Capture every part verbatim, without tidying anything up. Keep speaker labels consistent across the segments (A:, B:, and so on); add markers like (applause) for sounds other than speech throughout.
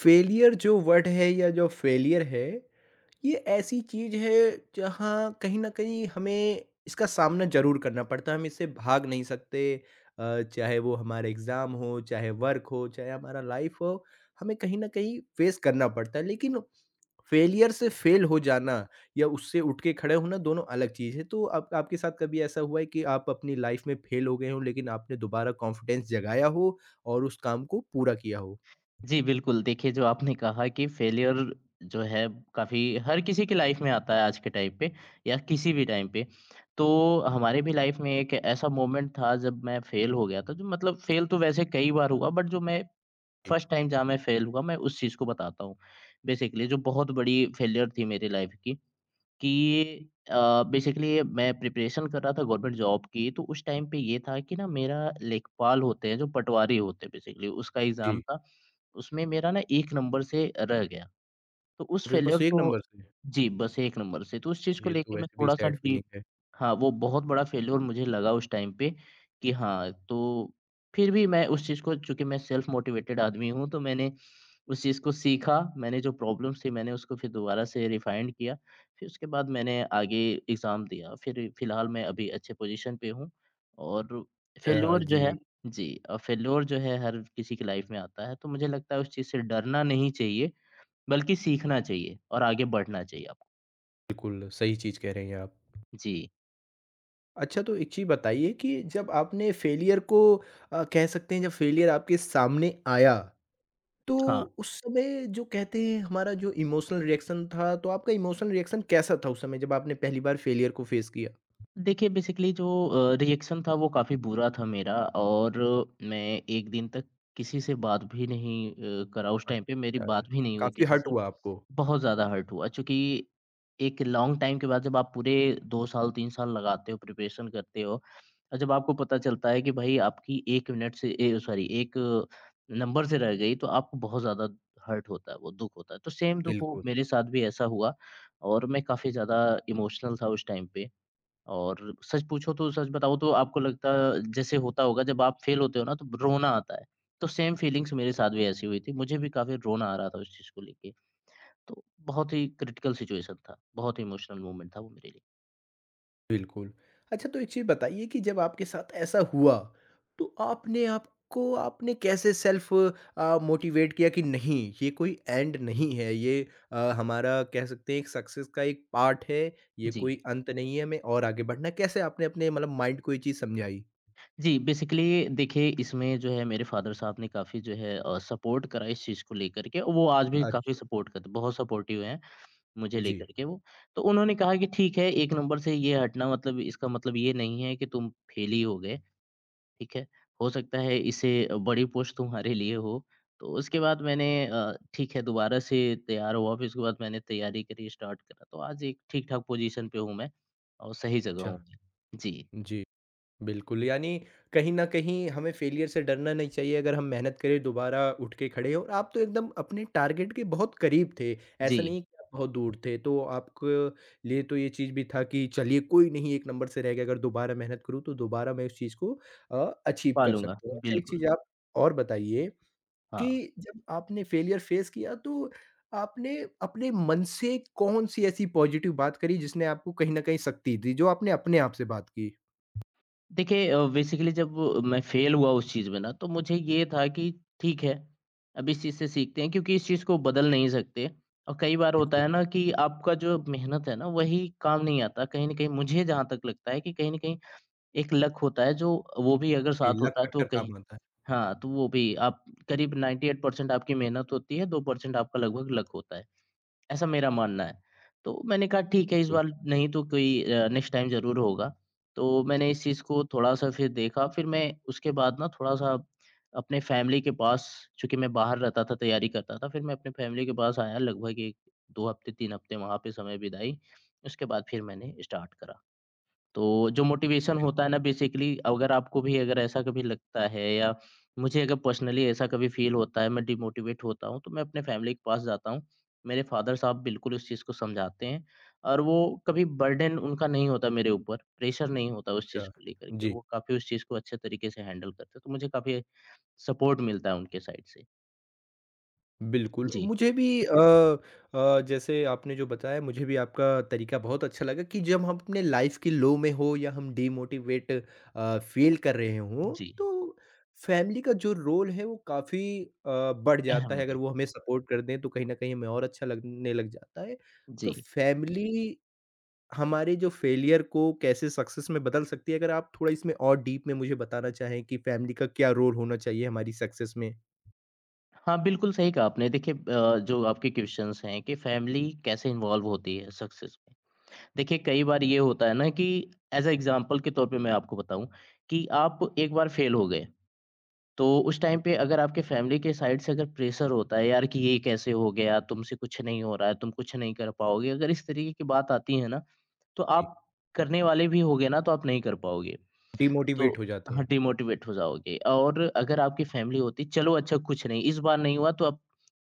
A: Failure जो word है या जो फेलियर है, ये ऐसी चीज़ है जहाँ कहीं न कहीं हमें इसका सामना ज़रूर करना पड़ता है, हम इससे भाग नहीं सकते। अ, चाहे वो हमारा एग्ज़ाम हो, चाहे वर्क हो, चाहे हमारा लाइफ़ हो, हमें कहीं न कहीं फेस करना पड़ता है। लेकिन फेलियर से फेल हो जाना या उससे उठ के खड़े होना दोनों अलग चीज़ है। तो आप आपके साथ कभी ऐसा हुआ है कि आप अपनी लाइफ़ में फेल हो गए हों लेकिन आपने दोबारा कॉन्फिडेंस जगाया हो और उस काम को पूरा किया हो?
B: जी, बिल्कुल। देखिए, जो आपने कहा कि फेलियर जो है काफ़ी हर किसी की लाइफ़ में आता है आज के टाइम पे या किसी भी टाइम पे। तो हमारे भी लाइफ़ में एक ऐसा मोमेंट था जब मैं फेल हो गया था, जो मतलब फेल तो वैसे कई बार हुआ बट जो मैं
A: जी।
B: फर्स्ट टाइम जहाँ मैं फेल हुआ मैं उस चीज़ को बताता हूँ। बेसिकली जो बहुत बड़ी फेलियर थी मेरी लाइफ़ की। कि अ, बेसिकली मैं प्रिपरेशन कर रहा था गवर्नमेंट जॉब की, तो उस टाइम पे ये था कि ना मेरा लेखपाल होते हैं, जो पटवारी होते हैं बेसिकली, उसका
A: जी।
B: एग्ज़ाम था। उसमें मेरा ना एक नंबर से रह गया, तो उस
A: अरे! बस
B: फेलियर
A: एक
B: को
A: नंबर से।
B: जी, बस एक नंबर से। तो उस चीज़ को
A: ये तो
B: लेके मैं
A: वैसे भी
B: थोड़ा-सा
A: सैड
B: डि
A: फीलिंग है।
B: हाँ, वो बहुत बड़ा फेल्योर मुझे लगा उस टाइम पे कि हाँ, तो फिर भी मैं उस चीज़ को चूँकि मैं सेल्फ मोटिवेटेड आदमी हूँ, तो मैंने उस चीज़ को सीखा। मैंने जो प्रॉब्लम्स थी, मैंने उसको फिर दोबारा से रिफाइंड किया। फिर उसके बाद मैंने आगे एग्ज़ाम दिया। फिर फिलहाल मैं अभी अच्छे पोज़ीशन पे हूँ और
A: अच्छा हाँ
B: फेल्योर जो है
A: जी,
B: जी, अ, फेल्योर जो है हर किसी की लाइफ़ में आता है, तो मुझे लगता है उस चीज़ से डरना नहीं चाहिए, बल्कि सीखना चाहिए और आगे बढ़ना चाहिए आपको।
A: बिल्कुल सही चीज़ कह रहे हैं आप।
B: जी,
A: अच्छा तो एक चीज़ बताइए कि जब आपने फेलियर को अ, कह सकते हैं जब फेलियर आपके सामने आया, तो
B: हाँ।
A: उस समय जो कहते हैं हमारा जो इमोशनल रिएक्शन था, तो आपका इमोशनल रिएक्शन कैसा था उस समय जब आपने पहली बार फेलियर को फेस किया?
B: देखिए बेसिकली जो रिएक्शन था वो काफ़ी बुरा था मेरा और मैं एक दिन तक किसी से बात भी नहीं अ, करा उस टाइम पे मेरी
A: अच्छा,
B: बात भी नहीं हुई
A: काफ़ी
B: किसी
A: हर्ट
B: से।
A: हुआ आपको।
B: बहुत ज़्यादा हर्ट हुआ चूँकि एक लॉन्ग टाइम के बाद जब आप पूरे दो साल तीन साल लगाते हो प्रिपरेशन करते हो और जब आपको पता चलता है कि भाई आपकी एक मिनट से ए सॉरी एक नंबर से रह गई तो आपको बहुत ज़्यादा हर्ट होता है वो दुःख होता है। तो सेम दुःख वो
A: बिल्कुल।
B: मेरे साथ भी ऐसा हुआ और मैं काफ़ी ज़्यादा इमोशनल था उस टाइम पे। और सच पूछो तो सच बताऊँ तो आपको लगता जैसे होता होगा जब आप फेल होते हो ना तो रोना आता है। तो सेम फीलिंग्स मेरे साथ भी ऐसी हुई थी। मुझे भी काफ़ी रोना आ रहा था उस चीज़ को लेके। तो बहुत ही क्रिटिकल सिचुएशन था। बहुत ही इमोशनल मोमेंट था वो मेरे लिए।
A: बिल्कुल। अच्छा तो एक चीज़ बताइए कि जब आपके साथ ऐसा हुआ, तो आपने आपको आपने कैसे सेल्फ अ, मोटिवेट किया कि नहीं ये कोई एंड नहीं है, ये अ, हमारा कह सकते हैं एक सक्सेस का एक पार्ट है, ये
B: जी।
A: कोई अंत नहीं है, हमें और आगे बढ़ना है। कैसे आपने अपने मतलब माइंड को ये चीज़ समझाई?
B: जी, बेसिकली देखिए इसमें जो है मेरे फादर साहब ने काफ़ी जो है अ, सपोर्ट करा इस चीज़ को लेकर के। और वो आज भी काफ़ी
A: अच्छा।
B: सपोर्ट करते बहुत सपोर्टिव हैं मुझे
A: जी।
B: लेकर के वो। तो उन्होंने कहा कि ठीक है एक नंबर से ये हटना मतलब इसका मतलब ये नहीं है कि तुम फेल ही हो गए। ठीक है? हो सकता है इससे बड़ी पोस्ट तुम्हारे लिए हो। तो उसके बाद मैंने अ, ठीक है दोबारा से तैयार हुआ फिर उसके बाद मैंने तैयारी करी स्टार्ट करा। तो आज एक ठीक-ठाक पोज़ीशन पे हूँ मैं और सही जगह
A: अच्छा।
B: हूँ मैं। जी,
A: जी। बिल्कुल, यानी कहीं न कहीं हमें फेलियर से डरना नहीं चाहिए अगर हम मेहनत करें, दोबारा उठ के खड़े हो और आप तो एकदम अपने टारगेट के बहुत करीब थे।
B: जी,
A: ऐसा नहीं कि आप बहुत दूर थे, तो आपके लिए तो ये चीज़ भी था कि चलिए कोई नहीं एक नंबर से रह गया, अगर दोबारा मेहनत करूँ तो दोबारा मैं उस चीज़ को अ, अचीव
B: पा
A: कर
B: लूँगा।
A: सकता हूँ। अच्छा एक
B: बिल्कुल,
A: चीज़ आप और बताइए
B: हाँ।
A: कि जब आपने फेलियर फेस किया तो आपने अपने मन से कौन-सी ऐसी पॉज़िटिव बात करी जिसने आपको कहीं न कहीं शक्ति दी, जो आपने अपने आप से बात की?
B: देखिए अ, बेसिकली जब मैं फेल हुआ उस चीज़ में ना तो मुझे ये था कि ठीक है, अब इस चीज़ से सीखते हैं क्योंकि इस चीज़ को बदल नहीं सकते। और कई बार होता
A: बिल्कुल।
B: है ना कि आपका जो मेहनत है ना वही काम नहीं आता। कहीं न कहीं मुझे जहाँ तक लगता है कि कहीं न कहीं एक लक होता है जो वो भी अगर
A: जी,
B: साथ
A: लक
B: होता है तो
A: फैक्टर
B: कहीं
A: काम आता है।
B: हाँ, तो वो भी आप करीब अट्ठानवे परसेंट आपकी मेहनत होती है, दो परसेंट आपका लगभग लक होता है, ऐसा मेरा मानना है। तो मैंने कहा ठीक है इस
A: बिल्कुल,
B: बार नहीं तो कोई अ, नेक्स्ट टाइम ज़रूर होगा। तो मैंने इस चीज़ को थोड़ा-सा फिर देखा, फिर मैं उसके बाद ना थोड़ा-सा अपने फैमिली के पास चूँकि मैं बाहर रहता था, तैयारी करता था, फिर मैं अपने फैमिली के पास आया लगभग एक दो हफ्ते, तीन हफ्ते वहाँ पे समय बिताई, उसके बाद फिर मैंने स्टार्ट करा। तो जो मोटिवेशन होता है
A: बिल्कुल,
B: ना बेसिकली अगर आपको भी अगर ऐसा कभी लगता है या मुझे अगर पर्सनली ऐसा कभी फील होता है मैं डिमोटिवेट होता हूँ तो मैं अपने फैमिली के पास जाता हूँ। मेरे फ़ादर साहब बिल्कुल इस चीज़ को समझाते हैं और वो कभी बर्डन उनका नहीं होता मेरे ऊपर, प्रेशर नहीं होता उस चीज़
A: अच्छा।
B: को लेकर के,
A: जी,
B: वो काफ़ी उस चीज़ को अच्छे तरीके से हैंडल करते हैं, तो मुझे काफ़ी सपोर्ट मिलता है उनके साइड से।
A: बिल्कुल।
B: जी,
A: मुझे भी अ अ, जैसे आपने जो बताया मुझे भी आपका तरीका बहुत अच्छा लगा कि जब हम अपने लाइफ़ के लो में हो या हम डिमोटिवेट अ, फ़ील कर रहे हों,
B: जी,
A: तो फ़ैमिली का जो रोल है वो काफ़ी अ, बढ़ जाता
B: अहम
A: है।
B: होता
A: अगर
B: है।
A: वो हमें सपोर्ट कर दें तो कहीं न कहीं हमें और अच्छा लगने लग जाता है। तो
B: जी।
A: फ़ैमिली हमारे जो फेलियर को कैसे सक्सेस में बदल सकती है, अगर आप थोड़ा इसमें और डीप में मुझे बताना चाहें कि फैमिली का क्या रोल होना चाहिए हमारी सक्सेस में?
B: हाँ, बिल्कुल सही कहा आपने। देखिए अ, जो आपके क्वेश्चन्स हैं कि फैमिली कैसे इन्वॉल्व होती है सक्सेस में? देखिए, कई बार ये होता है ना कि एज़ अ एग्ज़ाम्पल के तौर पे मैं आपको बताऊँ कि आप एक बार फ़ेल हो गए, तो उस टाइम पे अगर आपके फ़ैमिली के साइड से अगर प्रेशर होता है यार कि ये कैसे हो गया? तुमसे कुछ नहीं हो रहा है, तुम कुछ नहीं कर पाओगे। अगर इस तरीके की बात आती है ना, तो
A: जी।
B: आप करने वाले भी होगे ना, तो आप नहीं कर पाओगे। तो
A: डिमोटिवेट हो जाते
B: हाँ,
A: हैं।
B: डिमोटिवेट हो जाओगे और अगर आपकी फैमिली होती चलो अच्छा कुछ नहीं इस बार नहीं हुआ तो अब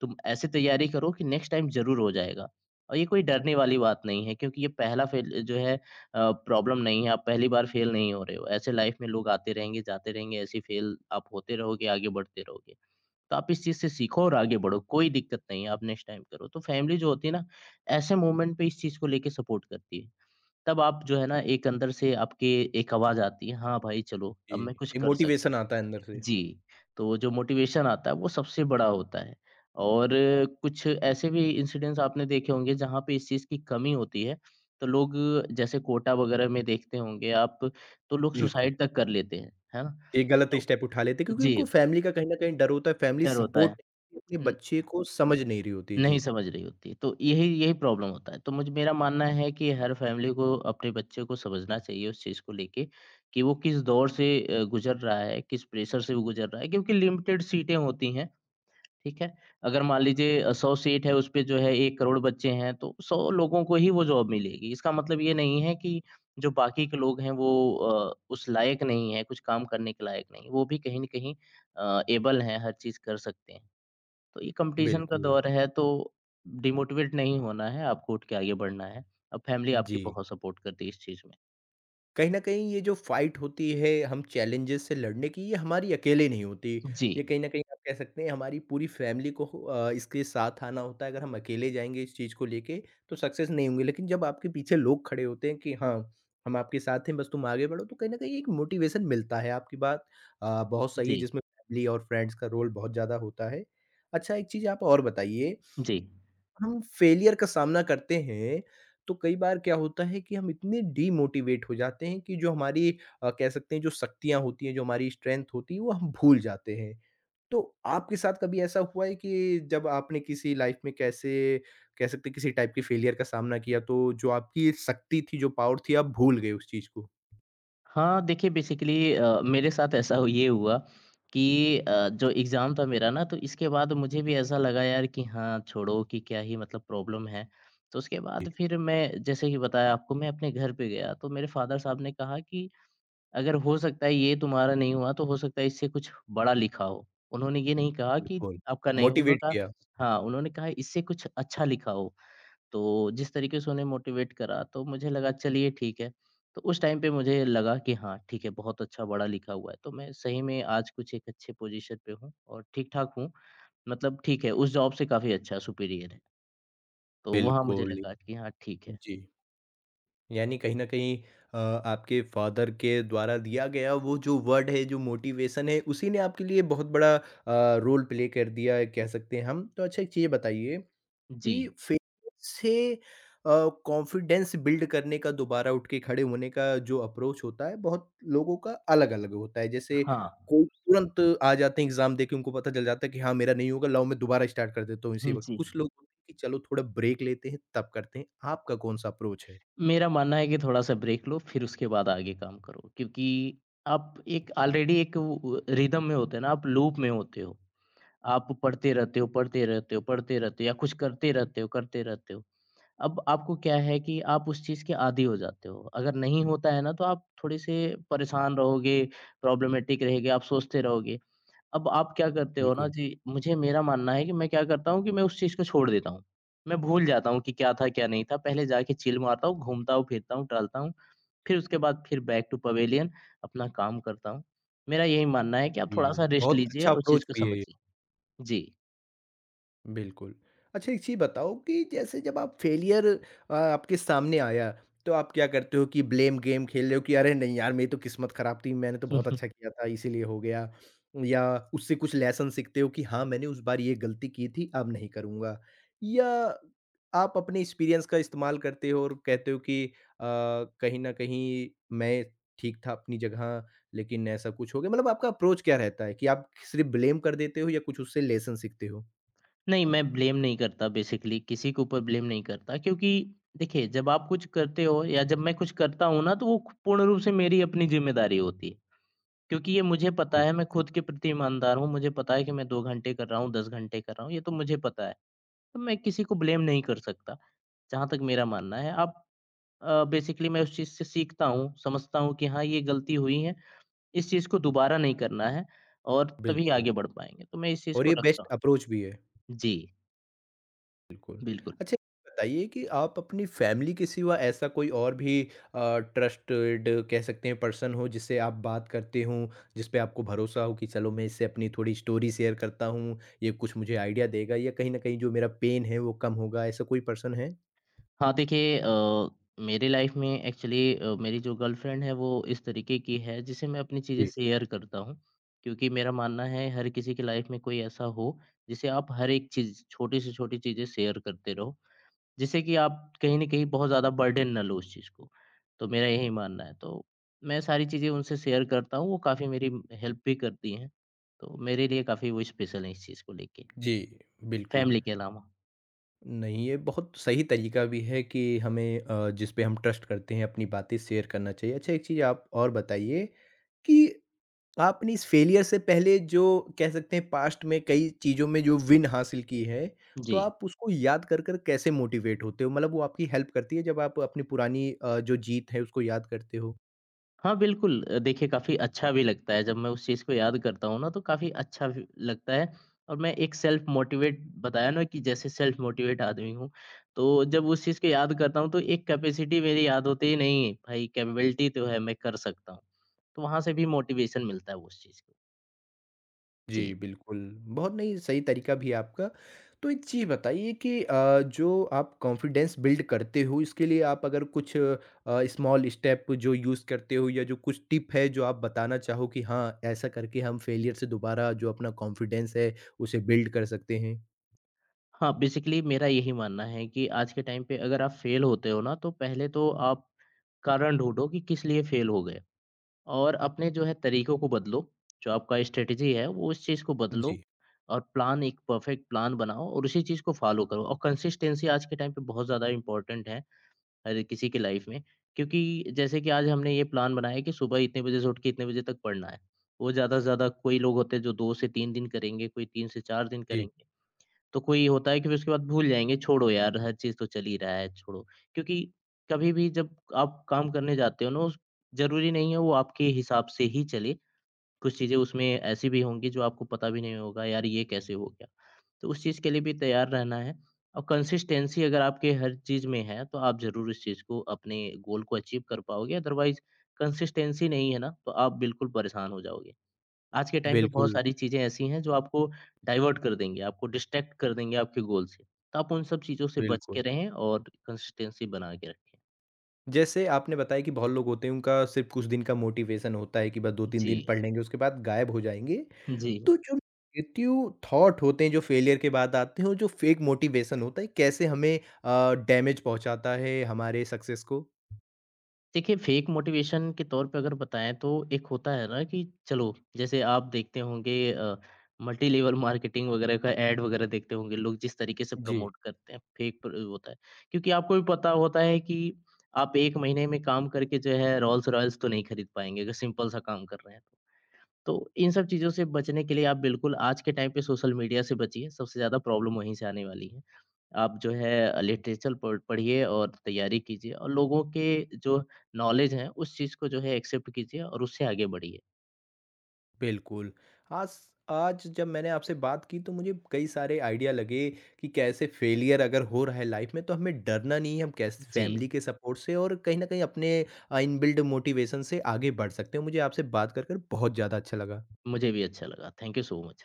B: तुम ऐसे तैयारी करो कि नेक्स्ट टाइम ज़रूर हो जाएगा। और ये कोई डरने वाली बात नहीं है क्योंकि ये पहला फेल जो है अ, प्रॉब्लम नहीं है, आप पहली बार फेल नहीं हो रहे हो। ऐसे लाइफ में लोग आते रहेंगे, जाते रहेंगे, ऐसे ही फेल आप होते रहोगे, आगे बढ़ते रहोगे। तो आप इस चीज़ से सीखो और आगे बढ़ो, कोई दिक्कत नहीं है, आप नेक्स्ट टाइम करो। तो फैमिली जो होती है ना, ऐसे मोमेंट पे इस चीज़ को लेके सपोर्ट करती है। तब आप जो है ना एक अंदर से आपके एक आवाज़ आती है, हाँ भाई चलो,
A: जी।
B: अब मैं कुछ
A: एक
B: कर सकता
A: मोटिवेशन
B: हूँ।
A: आता है अंदर से,
B: जी, तो जो मोटिवेशन आता है वो सबसे बड़ा होता है। और कुछ ऐसे भी इंसिडेंट्स आपने देखे होंगे जहाँ पे इस चीज़ की कमी होती है, तो लोग जैसे कोटा वगैरह में देखते होंगे आप, तो लोग
A: बिल्कुल।
B: सुसाइड तक कर लेते हैं, है ना?
A: एक गलत
B: तो
A: स्टेप उठा लेते हैं क्योंकि उनको
B: जी,
A: फैमिली का कहीं न कहीं डर होता है, फैमिली
B: डर होता है।
A: सपोर्ट अपने
B: हुँ।
A: बच्चे को समझ नहीं रही होती।
B: नहीं
A: जी,
B: समझ रही होती। तो यही यही प्रॉब्लम होता है। तो मुझे मेरा मानना है कि हर फैमिली को अपने बच्चे को समझना चाहिए उस चीज़ को लेके कि वो किस दौर से अ, गुज़र रहा है, किस प्रेशर से वो गुज़र रहा है क्योंकि लिमिटेड सीटें होती हैं, ठीक है? अगर मान लीजिए अ, सौ सीट है, उस पे जो है एक करोड़ बच्चे हैं, तो सौ लोगों को ही वो जॉब मिलेगी। इसका मतलब ये नहीं है कि जो बाकी के लोग हैं वो अ, उस लायक नहीं है, कुछ काम करने के लायक नहीं। वो भी कहीं न कहीं अ, एबल हैं, हर चीज़ कर सकते हैं। तो ये कंपटीशन का
A: बिल्कुल।
B: दौर है तो डिमोटिवेट नहीं होना है, आपको उठ के आगे बढ़ना है। अब फैमिली आपकी
A: जी।
B: बहुत सपोर्ट करती है इस चीज़ में।
A: कहीं न कहीं ये जो फ़ाइट होती है हम चैलेंजेस से लड़ने की, ये हमारी अकेले नहीं होती। ये
B: जी,
A: कहीं न कहीं आप कह सकते हैं हमारी पूरी फ़ैमिली को अ, इसके साथ आना होता है। अगर हम अकेले जाएँगे इस चीज़ को लेके तो सक्सेस नहीं होंगे। लेकिन जब आपके पीछे लोग खड़े होते हैं कि हाँ, हम आपके साथ हैं बस तुम आगे बढ़ो, तो कहीं न कहीं एक मोटिवेशन मिलता है। आपकी बात अ, बहुत सही है
B: जी,
A: जिसमें फ़ैमिली और फ्रेंड्स का रोल बहुत ज़्यादा होता है। अच्छा एक चीज़ आप और बताइए
B: जी।
A: हम फेलियर का सामना करते हैं, तो कई बार क्या होता है कि हम इतने डीमोटिवेट हो जाते हैं कि जो हमारी अ, कह सकते हैं जो शक्तियाँ होती हैं, जो हमारी स्ट्रेंथ होती है, वो हम भूल जाते हैं। तो आपके साथ कभी ऐसा हुआ है कि जब आपने किसी लाइफ़ में कैसे कह सकते हैं किसी टाइप के फेलियर का सामना किया, तो जो आपकी शक्ति थी, जो पावर थी, आप भूल गए उस चीज़ को?
B: हाँ, देखिए बेसिकली अ, मेरे साथ ऐसा हो- ये हुआ कि अ, जो एग्ज़ाम था मेरा ना तो इसके बाद मुझे भी ऐसा लगा यार कि हाँ, छोड़ो कि क्या ही मतलब प्रॉब्लम है। तो उसके
A: जी,
B: बाद फिर मैं जैसे कि बताया आपको मैं अपने घर पे गया तो मेरे फादर साहब ने कहा कि अगर हो सकता है ये तुम्हारा नहीं हुआ तो हो सकता है इससे कुछ बड़ा लिखा हो। उन्होंने ये नहीं कहा कि
A: बिल्कुल।
B: आपका नहीं उन्होंने
A: मोटिवेट
B: कहा
A: किया।
B: हाँ, उन्होंने कहा इससे कुछ अच्छा लिखा हो। तो जिस तरीके से उन्हें मोटिवेट करा तो मुझे लगा चलिए ठीक है। तो उस टाइम पे मुझे लगा कि हाँ, ठीक है बहुत अच्छा बड़ा लिखा हुआ है। तो मैं सही में आज कुछ एक अच्छे पोज़ीशन पे हूँ और ठीक-ठाक हूँ। मतलब ठीक है, उस जॉब से काफ़ी अच्छा सुपीरियर है। तो वहाँ मुझे
A: बिल्कुल,
B: लगा कि हाँ, ठीक है।
A: जी। यानी कहीं न कहीं अ, आपके फ़ादर के द्वारा दिया गया वो जो वर्ड है, जो मोटिवेशन है, उसी ने आपके लिए बहुत बड़ा अ, रोल प्ले कर दिया है कह सकते हैं हम। तो अच्छा एक चीज़ बताइए
B: जी।
A: कि फेलियर से अ, कॉन्फिडेंस बिल्ड करने का दोबारा उठ के खड़े होने का जो अप्रोच होता है, बहुत लोगों का अलग-अलग होता है। जैसे
B: हाँ।
A: कोई तुरंत आ जाते हैं एग्ज़ाम देके उनको पता चल जाता है कि हाँ, मेरा नहीं होगा लाओ मैं दोबारा स्टार्ट कर देता हूँ
B: (laughs)
A: इसी
B: हुँ,
A: वक़्त।
B: जी।
A: कुछ लोग होते हैं कि चलो थोड़ा ब्रेक लेते हैं तब करते हैं। आपका कौन-सा अप्रोच है?
B: मेरा मानना है कि थोड़ा-सा ब्रेक लो, फिर उसके बाद आगे काम करो, क्योंकि आप एक ऑलरेडी एक वो रिदम में होते हैं ना, आप लूप में होते हो। आप पढ़ते रहते हो, पढ़ते रहते हो, पढ़ते रहते हो या कुछ करते रहते हो, करते रहते हो। अब आपको क्या है कि आप उस चीज़ के आदी हो जाते हो। अगर नहीं होता है ना, तो आप थोड़े-से परेशान रहोगे, प्रॉब्लमैटिक रहेंगे, आप सोचते रहोगे। अब आप क्या करते हो ना
A: बिल्कुल।
B: जी, मुझे मेरा मानना है कि मैं क्या करता हूँ कि मैं उस चीज़ को छोड़ देता हूँ। मैं भूल जाता हूँ कि क्या था, क्या नहीं था। पहले जाके चिल मारता हूँ, घूमता हूँ, फिरता हूँ, टहलता हूँ। फिर उसके बाद फिर बैक टू पवेलियन अपना काम करता हूँ। मेरा यही मानना है कि आप
A: जी,
B: थोड़ा-सा रेस्ट
A: बहुत
B: लीजिए,
A: अच्छा
B: उस
A: अप्रोच
B: चीज़ को
A: भी है ये।
B: समझिए। जी।
A: बिल्कुल। अच्छा एक चीज़ बताओ कि जैसे जब आप फेलियर अ, आपके सामने आया, तो आप क्या करते हो कि ब्लेम गेम खेल रहे हो कि अरे नहीं यार मेरी तो किस्मत खराब थी, मैंने तो बहुत अच्छा
B: (laughs)
A: किया था इसीलिए हो गया। या उससे कुछ लेसन सीखते हो कि हाँ, मैंने उस बार ये गलती की थी अब नहीं करूँगा। या आप अपने एक्सपीरियंस का इस्तेमाल करते हो और कहते हो कि अ, कहीं न कहीं मैं ठीक था अपनी जगह लेकिन ऐसा कुछ हो गया। मतलब आपका अप्रोच क्या रहता है कि आप सिर्फ़ ब्लेम कर देते हो या कुछ उससे लेसन सीखते हो?
B: नहीं, मैं ब्लेम नहीं करता बेसिकली, किसी के ऊपर ब्लेम नहीं करता क्योंकि देखिए, जब आप कुछ करते हो या जब मैं कुछ करता हूँ ना, तो वो पूर्ण रूप से मेरी अपनी ज़िम्मेदारी होती है। क्योंकि ये मुझे पता है मैं खुद के प्रति ईमानदार हूँ, मुझे पता है कि मैं दो घंटे कर रहा हूँ, दस घंटे कर रहा हूँ, ये तो मुझे पता है। तो मैं किसी को ब्लेम नहीं कर सकता, जहाँ तक मेरा मानना है। अब अ, बेसिकली मैं उस चीज़ से सीखता हूँ, समझता हूँ कि हाँ, ये गलती हुई है, इस चीज़ को दोबारा नहीं करना है और तभी
A: बिल्कुल
B: आगे बढ़ पाएँगे। तो मैं इस चीज़
A: और
B: को
A: ये
B: रखता
A: बेस्ट
B: हूँ।
A: अप्रोच भी है।
B: जी,
A: बिल्कुल।
B: बिल्कुल।
A: अच्छा ये बताइए कि आप अपनी फैमिली के सिवा ऐसा कोई और भी अ, ट्रस्टेड कह सकते हैं पर्सन हो जिससे आप बात करते हो, जिस पे आपको भरोसा हो कि चलो मैं इससे अपनी थोड़ी स्टोरी शेयर करता हूँ, ये कुछ मुझे आइडिया देगा या कहीं न कहीं जो मेरा पेन है वो कम होगा, ऐसा कोई पर्सन है?
B: हाँ, देखिए अ, मेरे लाइफ में एक्चुअली अ, मेरी जो गर्लफ्रेंड है वो इस तरीके की है जिसे मैं अपनी चीज़ें
A: जी।
B: शेयर करता हूँ। क्योंकि मेरा मानना है हर किसी की लाइफ में कोई ऐसा हो जिसे आप हर एक चीज़ छोटी से छोटी चीज़ें शेयर करते रहो, जिससे कि आप कहीं न कहीं बहुत ज़्यादा बर्डन ना लो उस चीज़ को। तो मेरा यही मानना है, तो मैं सारी चीज़ें उनसे शेयर करता हूँ, वो काफ़ी मेरी हेल्प भी करती हैं। तो मेरे लिए काफ़ी वो स्पेशल हैं इस चीज़ को लेके,
A: जी, बिल्कुल।
B: फैमिली के अलावा।
A: नहीं, ये बहुत सही तरीका भी है कि हमें अ, जिस पे हम ट्रस्ट करते हैं अपनी बातें शेयर करना चाहिए। अच्छा एक चीज़ आप और बताइए कि आपने इस फेलियर से पहले जो कह सकते हैं पास्ट में कई चीज़ों में जो विन हासिल की है, तो
B: जी।
A: आप उसको याद कर कर कैसे मोटिवेट होते हो? मतलब वो आपकी हेल्प करती है जब आप अपनी पुरानी अ, जो जीत है उसको याद करते हो?
B: हाँ, बिल्कुल। अ, देखिए काफ़ी अच्छा भी लगता है जब मैं उस चीज़ को याद करता हूँ ना तो काफ़ी अच्छा भी लगता है और मैं एक सेल्फ मोटिवेट बताया ना कि जैसे सेल्फ मोटिवेट आदमी हूँ, तो जब उस चीज़ को याद करता हूँ तो एक कैपेसिटी मेरी याद होती ही नहीं है, भाई कैपेबिलिटी तो है मैं कर सकता हूँ। तो वहाँ से भी मोटिवेशन मिलता है उस चीज़ को।
A: जी,
B: जी।
A: बिल्कुल। बहुत नहीं सही तरीका भी है आपका। तो एक चीज़ बताइए कि अ, जो आप कॉन्फिडेंस बिल्ड करते हो इसके लिए आप अगर कुछ अ, स्मॉल स्टेप जो यूज़ करते हो या जो कुछ टिप है जो आप बताना चाहो कि हाँ, ऐसा करके हम फेलियर से दोबारा जो अपना कॉन्फिडेंस है उसे बिल्ड कर सकते हैं?
B: हाँ, बेसिकली मेरा यही मानना है कि आज के टाइम पे अगर आप फेल होते हो ना तो पहले तो आप कारण ढूँढो कि किस लिए फेल हो गए। और अपने जो है तरीकों को बदलो, जो आपका स्ट्रैटेजी है वो उस चीज़ को बदलो
A: जी,
B: और प्लान एक परफेक्ट प्लान बनाओ और उसी चीज़ को फ़ॉलो करो और कंसिस्टेंसी आज के टाइम पे बहुत ज़्यादा इम्पोर्टेंट है, हर किसी की लाइफ़ में। क्योंकि जैसे कि आज हमने ये प्लान बनाया कि सुबह इतने बजे से उठ के इतने बजे तक पढ़ना है। वो ज़्यादा से ज़्यादा कोई लोग होते हैं जो दो से तीन दिन करेंगे, कोई तीन से चार दिन
A: जी।
B: करेंगे। तो कोई होता है कि फिर उसके बाद भूल जाएँगे, छोड़ो यार हर चीज़ तो चल ही रहा है, छोड़ो। क्योंकि कभी भी जब आप काम करने जाते हो ना उस ज़रूरी नहीं है वो आपके हिसाब से ही चले, कुछ चीज़ें उसमें ऐसी भी होंगी जो आपको पता भी नहीं होगा यार ये कैसे हो गया? तो उस चीज़ के लिए भी तैयार रहना है और कंसिस्टेंसी अगर आपके हर चीज़ में है तो आप ज़रूर इस चीज़ को अपने गोल को अचीव कर पाओगे, अदरवाइज़ कंसिस्टेंसी नहीं है ना, तो आप बिल्कुल परेशान हो जाओगे। आज के टाइम पे बहुत
A: बिल्कुल,
B: सारी चीज़ें ऐसी हैं जो आपको डाइवर्ट कर देंगे, आपको डिस्ट्रैक्ट कर देंगे आपके गोल से। तो आप उन सब चीज़ों से बच के
A: बिल्कुल।
B: रहें और कंसिस्टेंसी बना के रखें।
A: जैसे आपने बताया कि बहुत लोग होते हैं उनका सिर्फ़ कुछ दिन का मोटिवेशन होता है कि बस दो तीन दिन
B: जी,
A: पढ़ लेंगे उसके बाद गायब हो जाएँगे।
B: जी।
A: तो जो नेगेटिव थॉट होते हैं, जो फेलियर के बाद आते हैं और जो फेक मोटिवेशन होता है, कैसे हमें अ, डैमेज पहुँचाता है हमारे सक्सेस को?
B: देखिए फेक मोटिवेशन के तौर पे अगर बताएँ तो एक होता है ना कि चलो जैसे आप देखते होंगे अ, मल्टी लेवल मार्केटिंग वगैरह का ऐड वगैरह देखते होंगे लोग जिस तरीके से
A: जी।
B: प्रमोट करते हैं फेक प्र होता है। क्योंकि आपको भी पता होता है कि आप एक महीने में काम करके जो है रोल्स-रॉयल्स तो नहीं खरीद पाएँगे अगर सिंपल सा काम कर रहे हैं तो। तो इन सब चीज़ों से बचने के लिए आप बिल्कुल आज के टाइम पे सोशल मीडिया से बचिए, सबसे ज़्यादा प्रॉब्लम वहीं से आने वाली है। आप जो है लिटरेचर पढ़ पढ़िए और तैयारी कीजिए और लोगों के जो नॉलेज है, उस चीज़ को जो है एक्सेप्ट कीजिए और उससे आगे बढ़िए।
A: बिल्कुल। आज आज जब मैंने आपसे बात की तो मुझे कई सारे आइडिया लगे कि कैसे फेलियर अगर हो रहा है लाइफ़ में तो हमें डरना नहीं है, हम कैसे
B: जी,
A: फैमिली के सपोर्ट से और कहीं न कहीं अपने अ, इनबिल्ट मोटिवेशन से आगे बढ़ सकते हैं। मुझे आपसे बात कर, कर बहुत ज़्यादा अच्छा लगा।
B: मुझे भी अच्छा लगा। Thank you so much.